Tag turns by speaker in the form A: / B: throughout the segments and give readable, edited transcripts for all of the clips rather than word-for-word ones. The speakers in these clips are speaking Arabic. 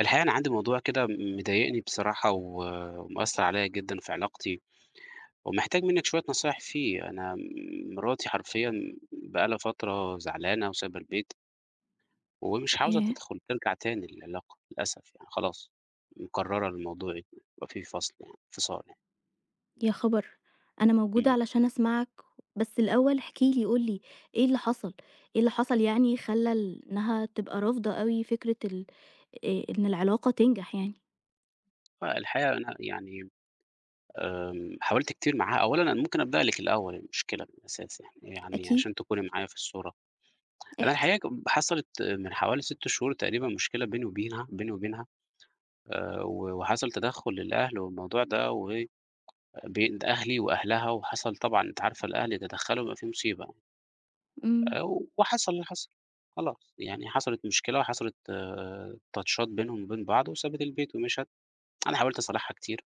A: الحقيقة أنا عندي موضوع كده مضايقني بصراحة و- ومأثر عليا جدا في علاقتي ومحتاج منك شوية نصايح فيه. أنا مراتي حرفيا بقالها فترة زعلانة وسايبة البيت ومش عاوزة
B: ياه!
A: تدخل ترجع تاني للعلاقة، للأسف خلاص مكررة الموضوع، يبقى في فصل انفصال يعني.
B: يا خبر! أنا موجودة
A: مم.
B: علشان أسمعك، بس الأول احكِ لي قُل لي إيه اللي حصل؟ إيه اللي حصل يعني خلّى إنها تبقى رافضة أوي فكرة ال إن العلاقة تنجح يعني؟
A: فالحقيقة أنا يعني أم، حاولت كتير معاها. أولا أنا ممكن أبدأ لك الأول المشكلة من الأساس، يعني
B: أكيد،
A: عشان تكوني معايا في الصورة. أنا
B: احكِ.
A: الحقيقة حصلت من حوالي 6 شهور تقريبًا مشكلة بيني وبينها. و وحصل تدخُّل للأهل والموضوع ده، و بين أهلي وأهلها، وحصل طبعًا أنتِ عارفة الأهل يتدخّلوا بيبقى في مصيبة.
B: إمم،
A: آآ، وحصل اللي حصل، خلاص يعني حصلت مشكلة وحصلت تاتشات بينهم وبين بعض، وسابت البيت ومشت. أنا حاولت أصالحها كتير.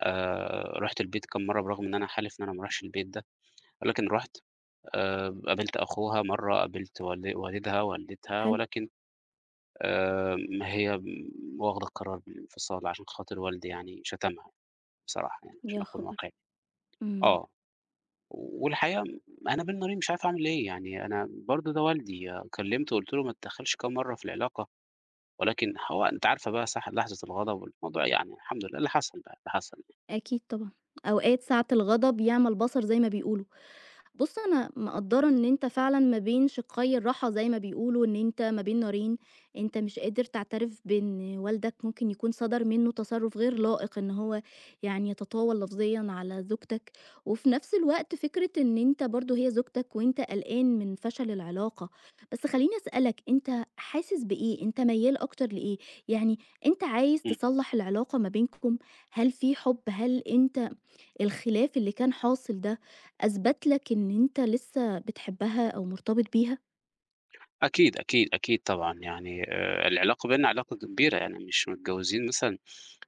A: رُحت البيت كام مرّة، برغم إن أنا حالف إن أنا ما أروحش البيت ده، ولكن رُحت. قابلت أخوها مرّة، قابلت والدها، والدتها،
B: حلو،
A: ولكن هي واخدة قرار بالانفصال عشان خاطر والدي يعني شتمها، بصراحة يعني عشان
B: يا
A: أكون
B: خبر!
A: واقعي.
B: إمم،
A: آه. والحقيقة أنا بين نارين، مش عارف أعمل إيه. يعني أنا برضه ده والدي، كلّمته وقُلت له ما تتدخّلش كام مرّة في العلاقة، ولكن هو أنتِ عارفة بقى ساعة لحظة الغضب والموضوع، يعني الحمد لله اللي حصل بقى، اللي حصل.
B: أكيد طبعًا، أوقات ساعة الغضب يعمى البصر زي ما بيقولوا. بُص، أنا مقدّرة إن أنت فعلًا ما بين شِقّي الراحة زي ما بيقولوا، إن أنت ما بين نارين، أنت مش قادر تعترف بإن والدك ممكن يكون صدر منّه تصرُّف غير لائق إن هو يعني يتطاول لفظيًا على زوجتك، وفي نفس الوقت فكرة إن أنت برضه هي زوجتك وأنت قلقان من فشل العلاقة. بس خلّيني أسألك، أنت حاسس بإيه؟ أنت ميّال أكتر لإيه؟ يعني أنت عايز
A: إمم.
B: تصلّح العلاقة ما بينكم، هل في حُب، هل أنت الخلاف اللي كان حاصل ده أثبت لك إن أنت لسه بتحبها أو مرتبط بيها؟
A: أكيد، أكيد، أكيد طبعًا. يعني العلاقة بيننا علاقة كبيرة، يعني مش متجوّزين مثلًا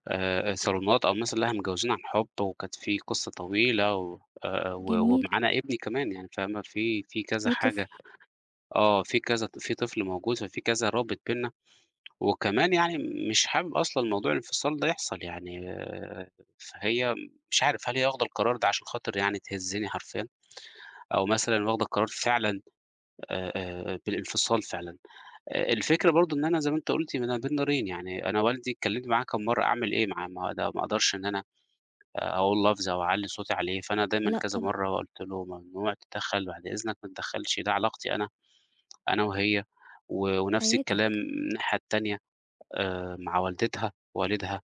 A: صالونات أو الناس اللي إحنا، متجوزين عن حُب، وكانت في قصة طويلة. و و
B: جميل،
A: ومعانا ابني كمان يعني فاهمة، في كذا
B: في طفل،
A: حاجة. آه، في كذا، في طفل موجود، ففي كذا رابط بيننا. وكمان يعني مش حابب أصلًا موضوع الانفصال ده يحصل يعني فهي مش عارف هل هي واخدة القرار ده عشان خاطر يعني تهزّني حرفيًا، أو مثلًا واخدة القرار فعلًا بالانفصال فعلًا. الفكرة برضه إن أنا زي ما أنتِ قُلتِ أنا بين نارين. يعني أنا والدي اتكلمت معاه كام مرّة، أعمل إيه معاه؟ ما ده ما أقدرش إن أنا أقول لفظ أو أعلّي صوتي عليه، فأنا دايمًا
B: لأ
A: كذا
B: طبعًا،
A: مرّة قُلت له: "ممنوع تتدخّل، بعد إذنك ما تتدخّلش، ده علاقتي أنا، أنا وهي." و ونفس الكلام من
B: حياتك.
A: الناحية التانية، مع والدتها، والدها.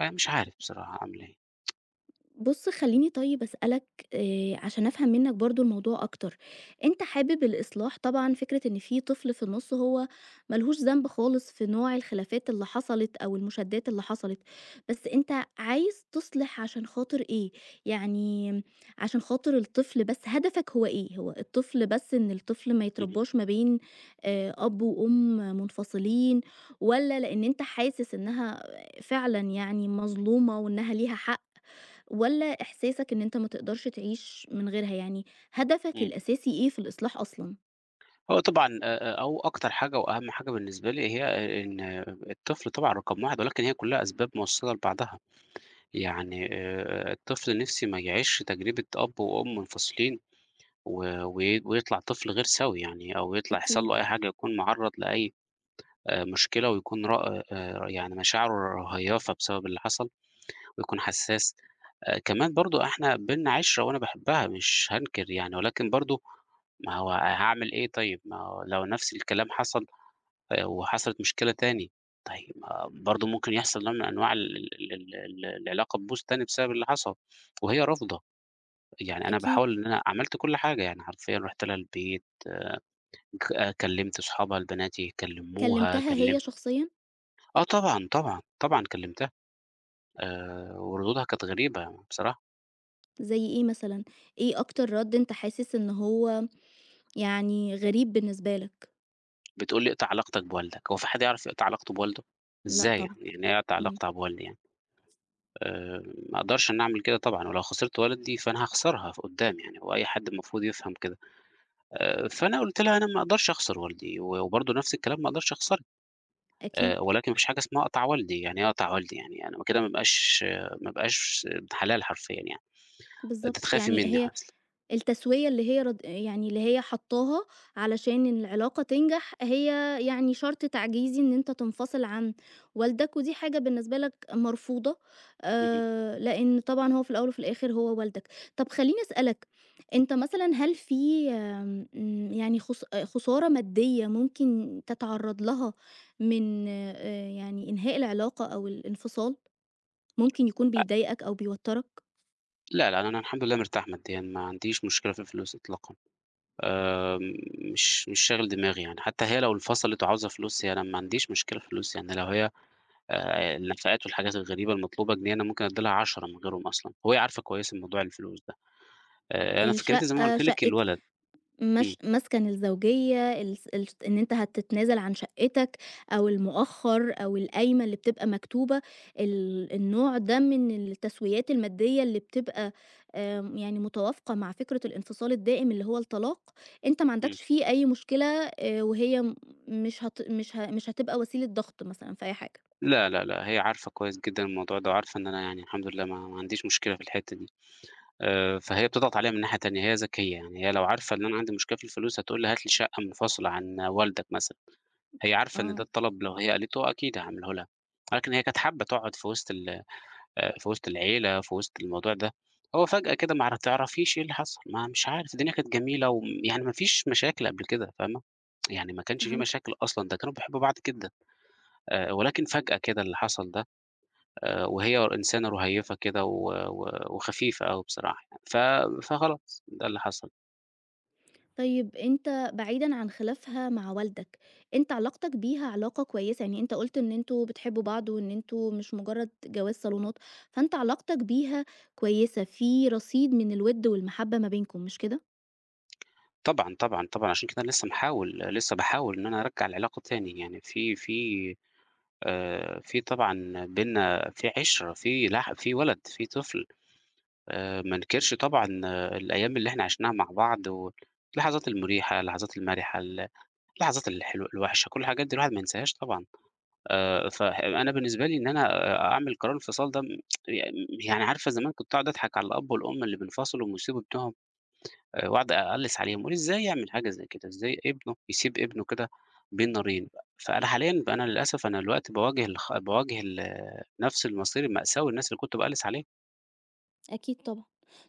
A: مش عارف بصراحة أعمل إيه.
B: بُص خلّيني طيب أسألك عشان أفهم منّك برضه الموضوع أكتر، أنت حابب الإصلاح طبعًا فكرة إن في طفل في النُص هو ما لهوش ذنب خالص في نوع الخلافات اللي حصلت أو المشادات اللي حصلت، بس أنت عايز تصلح عشان خاطر إيه؟ يعني عشان خاطر الطفل بس، هدفك هو إيه؟ هو الطفل بس إن الطفل ما
A: اهم،
B: يتربّاش ما بين أب وأم منفصلين والّا لإن أنت حاسس إنها فعلًا يعني مظلومة وإنها ليها حق والّا إحساسك إن أنت ما تقدرش تعيش من غيرها، يعني هدفك
A: إمم.
B: الأساسي إيه في الإصلاح أصلًا؟
A: هو طبعًا أو أكتر حاجة وأهم حاجة بالنسبة لي هي إن الطفل طبعًا رقم 1، ولكن هي كلّها أسباب موصّلة لبعضها. يعني الطفل نِفْسي ما يعيش تجربة أب وأم منفصلين، و وي ويطلع طفل غير سوي يعني، أو يطلع يحصل
B: أكيد،
A: له أي حاجة، يكون مُعرّض لأي مشكلة، ويكون ر يعني مشاعره هيّافة بسبب اللي حصل، ويكون حساس. كمان برضه إحنا بيننا عِشرة وأنا باحبها مش هانكر يعني، ولكن برضه ما هو هاعمل إيه طيب؟ ما هو لو نفس الكلام حصل، وحصلت مشكلة تاني، طيب ما برضه ممكن يحصل نوع من أنواع ال ال ال ال العلاقة تبوظ تاني بسبب اللي حصل، وهي رافضة. يعني أنا
B: أكيد.
A: باحاول، إن أنا عملت كل حاجة، يعني حرفيًا رُحت لها البيت. ك آه، كلّمت صحابها البنات يكلّموها،
B: كلمتها هي
A: كلّمت.
B: شخصيًا؟
A: آه طبعًا، طبعًا، طبعًا كلّمتها. وردودها كانت غريبة بصراحة.
B: زي إيه مثلًا؟ إيه أكتر رَد أنت حاسس إن هو يعني غريب بالنسبة لك؟
A: بتقول لي: "اقطع علاقتك بوالدك." هو في حد يعرف يقطع علاقته بوالده؟
B: لأ
A: إزاي
B: طبعًا،
A: يعني؟ يعني إيه أقطع
B: إمم.
A: علاقتها بوالدي يعني؟ آآ ما أقدرش إن أعمل كده طبعًا، ولو خسرت والدي فأنا هاخسرها ف قدّام يعني، هو أي حد المفروض يفهم كده. فأنا قُلت لها: "أنا ما أقدرش أخسر والدي." و وبرضه نفس الكلام ما أقدرش أخسرها.
B: أكيد.
A: ولكن ما فيش حاجة اسمها أقطع والدي، يعني إيه أقطع والدي يعني؟ أنا ما كده ما بابقاش ابن حلال حرفيًا يعني، أنتِ
B: بالضبط،
A: تخافي
B: يعني
A: منّي
B: هي
A: أصلًا.
B: التسوية اللي هي رد يعني اللي هي حاطاها علشان العلاقة تنجح، هي يعني شرط تعجيزي إن أنت تنفصل عن والدك، ودي حاجة بالنسبة لك مرفوضة،
A: اهم.
B: لإن طبعًا هو في الأول وفي الآخر هو والدك. طب خلّيني أسألك، أنت مثلًا هل في يعني خس آه، خسارة مادية ممكن تتعرّض لها من يعني إنهاء العلاقة أو الانفصال، ممكن يكون
A: أ
B: بيضايقك أو بيوتّرك؟
A: لا، لا، أنا الحمد لله مرتاح ماديًا، ما عنديش مشكلة في الفلوس إطلاقًا. آمم مش شاغل دماغي يعني. حتى هي لو انفصلت وعاوزة فلوس، هي أنا ما عنديش مشكلة في الفلوس. يعني لو هي النفقات والحاجات الغريبة المطلوبة جنيه، أنا ممكن أدّي لها 10 من غيرهم أصلًا، وهي عارفة كويس الموضوع الفلوس ده. أنا فكرتي زي ما أنا
B: الشقة،
A: قُلت لِك
B: شقة
A: الولد. إمم،
B: مش مسكن الزوجية الس الش إن أنت هتتنازل عن شقتك أو المؤخر أو القايمة اللي بتبقى مكتوبة، النوع ده من التسويات المادية اللي بتبقى يعني متوافقة مع فكرة الانفصال الدائم اللي هو الطلاق، أنت ما
A: إمم.
B: عندكش فيه أي مشكلة وهي م مش هت مش ه مش هتبقى وسيلة ضغط مثلًا في أي حاجة.
A: لا، لا، لأ، هي عارفة كويس جدًا الموضوع ده، وعارفة إن أنا يعني الحمد لله ما عنديش مشكلة في الحتّة دي. فهي بتضغط عليَّ من ناحية تانية، هي ذكية يعني. هي لو عارفة إن أنا عندي مشكلة في الفلوس هتقول لي هات لي شقة منفصلة عن والدك مثلًا. هي عارفة إن ده
B: آه،
A: الطلب لو هي قالته أكيد هاعمله لها، ولكن هي كانت حابة تقعد في وسط ال في وسط العيلة، في وسط الموضوع ده. هو فجأة كده ما تعرفيش إيه اللي حصل، ما مش عارف، الدنيا كانت جميلة يعني ما فيش مشاكل قبل كده، فاهمة؟ يعني ما كانش في
B: فهمتك.
A: مشاكل أصلًا، ده كانوا بيحبوا بعض جدًا. ولكن فجأة كده اللي حصل ده. وهي إنسانة رهيفة كده و و وخفيفة أوي بصراحة يعني. فخلاص ده اللي حصل.
B: طيب أنت بعيدًا عن خلافها مع والدك، أنت علاقتك بيها علاقة كويسة، يعني أنت قُلت إن أنتم بتحبوا بعض وإن أنتم مش مجرد جواز صالونات، فأنت علاقتك بيها كويسة، في رصيد من الوِد والمحبة ما بينكم، مش كده؟
A: طبعًا، طبعًا، طبعًا، عشان كده أنا لسه محاول، لسه باحاول إن أنا أرجّع العلاقة تاني. يعني في طبعًا بيننا في عِشرة، في ولد، في طفل. ما ننكرش طبعًا الأيام اللي إحنا عِشناها مع بعض، واللحظات المريحة، اللحظات المرحة، اللحظات الحلوة، الوحشة، كل الحاجات دي الواحد ما ينساهاش طبعًا. فأنا بالنسبة لي إن أنا أعمل قرار الانفصال ده يعني عارفة زمان كنت أقعد أضحك على الأب والأم اللي بينفصلوا ويسيبوا ابنهم. وأقعد أقلِّس عليهم، أقول إزاي يعمل حاجة زي كده، إزاي ابنه يسيب ابنه كده بين نارين. فأنا حاليًا بقى، أنا للأسف أنا دلوقتي باواجه الخ باواجه ال نفس المصير المأساوي الناس اللي كنت باقلِّس عليهم.
B: أكيد طبعًا.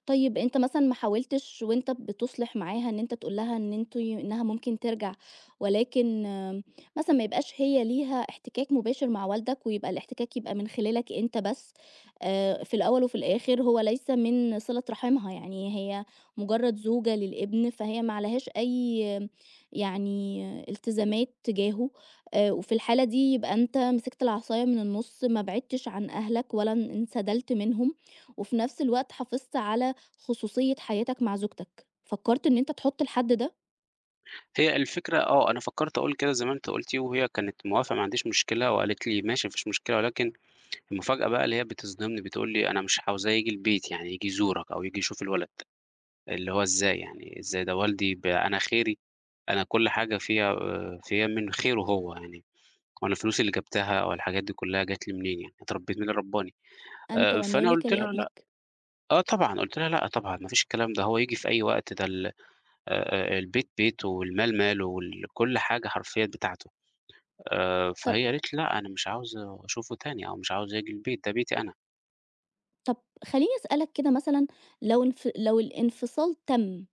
B: طيب أنت مثلًا ما حاولتش وأنت بتصلح معاها إن أنت تقول لها إن أنتم إنها ممكن ترجع، ولكن مثلًا ما يبقاش هي ليها احتكاك مباشر مع والدك، ويبقى الاحتكاك يبقى من خلالك أنت بس، في الأول وفي الآخر هو ليس من صلة رحمها، يعني هي مجرد زوجة للابن، فهي ما عليهاش أي آم، يعني آه، التزامات تجاهه، وفي الحالة دي يبقى أنت مسكت العصاية من النُص، ما بعدتش عن أهلك ولا انسدلت منهم، وفي نفس الوقت حافظت على خصوصية حياتك مع زوجتك، فكرت إن أنت تحط الحد ده؟
A: هي الفكرة، أنا فكرت أقول كده زي ما أنتِ قُلتِ، وهي كانت موافقة ما عنديش مشكلة وقالت لي: "ماشي ما فيش مشكلة." ولكن المفاجأة بقى اللي هي بتصدمني بتقول لي: "أنا مش عاوزاه ييجي البيت، يعني ييجي يزورك أو ييجي يشوف الولد." اللي هو إزاي يعني، إزاي ده والدي، أنا خيري، أنا كل حاجة فيها فيها من خيره هو يعني، وأنا الفلوس اللي جبتها أو الحاجات دي كلها جات لي منين يعني، اتربيت، مين اللي ربّاني؟
B: أنت
A: فأنا
B: ومالك
A: قُلت لها: "لأ."
B: لأبيك.
A: آه طبعًا، قُلت لها: "لأ طبعًا، ما فيش الكلام ده، هو ييجي في أي وقت، ده ال البيت بيته والمال ماله وال كل حاجة حرفيًا بتاعته."
B: طب
A: فهي قالت لي: "لأ، أنا مش عاوزة أشوفه تاني أو مش عاوزة ييجي البيت، ده بيتي أنا."
B: طب خلّيني أسألك كده مثلًا لو الانفصال تم،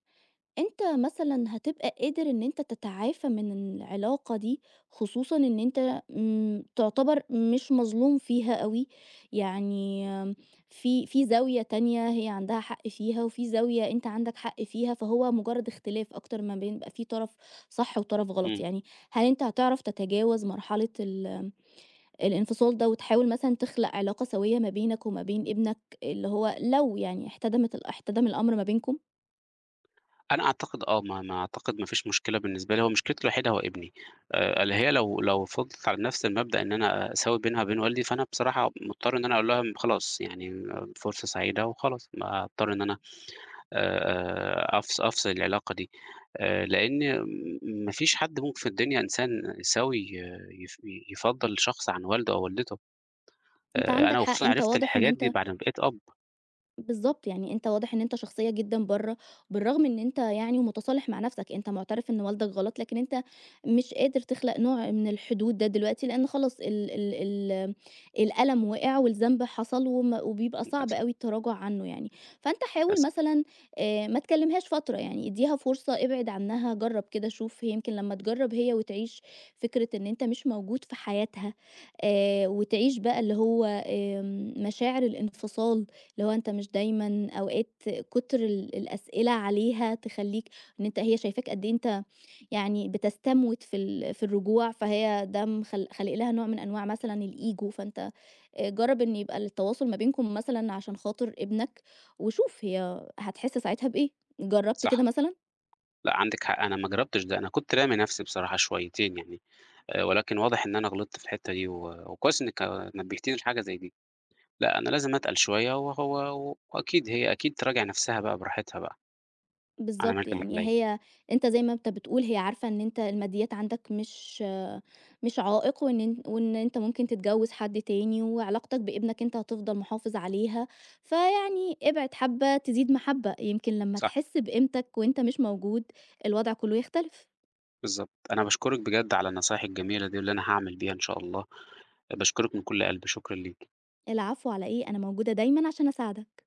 B: أنت مثلًا هتبقى قادر إن أنت تتعافى من العلاقة دي، خصوصًا إن أنت تعتبر مش مظلوم فيها أوي، يعني في زاوية تانية هي عندها حق فيها، وفي زاوية أنت عندك حق فيها، فهو مجرد اختلاف أكتر ما بين يبقى في طرف صح وطرف غلط
A: إمم.
B: يعني. هل أنت هتعرف تتجاوز مرحلة الانفصال ده، وتحاول مثلًا تخلق علاقة سوية ما بينك وما بين ابنك، اللي هو لو يعني احتدم الأمر ما بينكم؟
A: أنا أعتقد، آه، ما ما أعتقد ما فيش مشكلة بالنسبة لي، هو مشكلتي الوحيدة هو ابني. اللي هي لو فضلت على نفس المبدأ إن أنا أساوي بينها وبين والدي، فأنا بصراحة مضطر إن أنا أقول لها خلاص يعني فرصة سعيدة وخلاص، ما أضطر إن أنا أفصل العلاقة دي. لإن ما فيش حد ممكن في الدنيا إنسان سوي، آه، يف يفضّل شخص عن والده أو والدته.
B: أنت عندك
A: أنا
B: حق،
A: وخصوصًا
B: أنت
A: عرفت
B: واضح إن
A: الحاجات دي
B: أنت
A: بعد ما بقيت أب.
B: بالضبط، يعني أنت واضح إن أنت شخصية جدًا برّه، بالرغم إن أنت يعني متصالح مع نفسك، أنت معترف إن والدك غلط، لكن أنت مش قادر تخلق نوع من الحدود ده دلوقتي، لأن خلاص ال ال ال الألم وقع والذنب حصل وبيبقى صعب
A: للأسف،
B: أوي التراجع عنه يعني، فأنت حاول
A: للأسف.
B: مثلًا ما تكلمهاش فترة يعني، اديها فرصة، ابعد عنها، جرّب كده شوف هي يمكن لمّا تجرّب هي وتعيش فكرة إن أنت مش موجود في حياتها، وتعيش بقى اللي هو مشاعر الانفصال لو أنت مش دايمًا أوقات كتر الأسئلة عليها تخلّيك إن أنت هي شايفاك قد إيه أنت يعني بتستموت في في الرجوع، فهي ده خالق لها نوع من أنواع مثلًا الego، فأنت جرّب إن يبقى التواصل ما بينكم مثلًا عشان خاطر ابنك، وشوف هي هتحس ساعتها بإيه، جرّبت
A: صح،
B: كده مثلًا؟
A: لأ عندِك حق، أنا ما جربتش ده، أنا كنت رامي نفسي بصراحة شويتين يعني. ولكن واضح إن أنا غلطت في الحتّة دي، و وكويس إنِّك نبّهتيني لحاجة زي دي. لأ، أنا لازم أتقل شوية، وهو وأكيد هي أكيد تراجع نَفْسها بقى براحتها بقى، أنا
B: بالضبط،
A: عملت اللي
B: يعني
A: عليّا.
B: هي أنت زي ما أنت بتقول هي عارفة إن أنت الماديات عندك مش مش عائق، وإن أنت ممكن تتجوّز حد تاني، وعلاقتك بابنك أنت هتفضل محافظ عليها، فيعني ابعد حبّة تزيد محبّة، يمكن لمّا
A: صح،
B: تحس بقيمتك وأنت مش موجود الوضع كلّه يختلف.
A: بالضبط. أنا باشكرِك بجد على النصايح الجميلة دي، واللي أنا هاعمل بيها إن شاء الله. باشكرِك من كل قلبي، شكرًا ليكِ.
B: العفو على إيه، أنا موجودة دايمًا عشان أساعدك.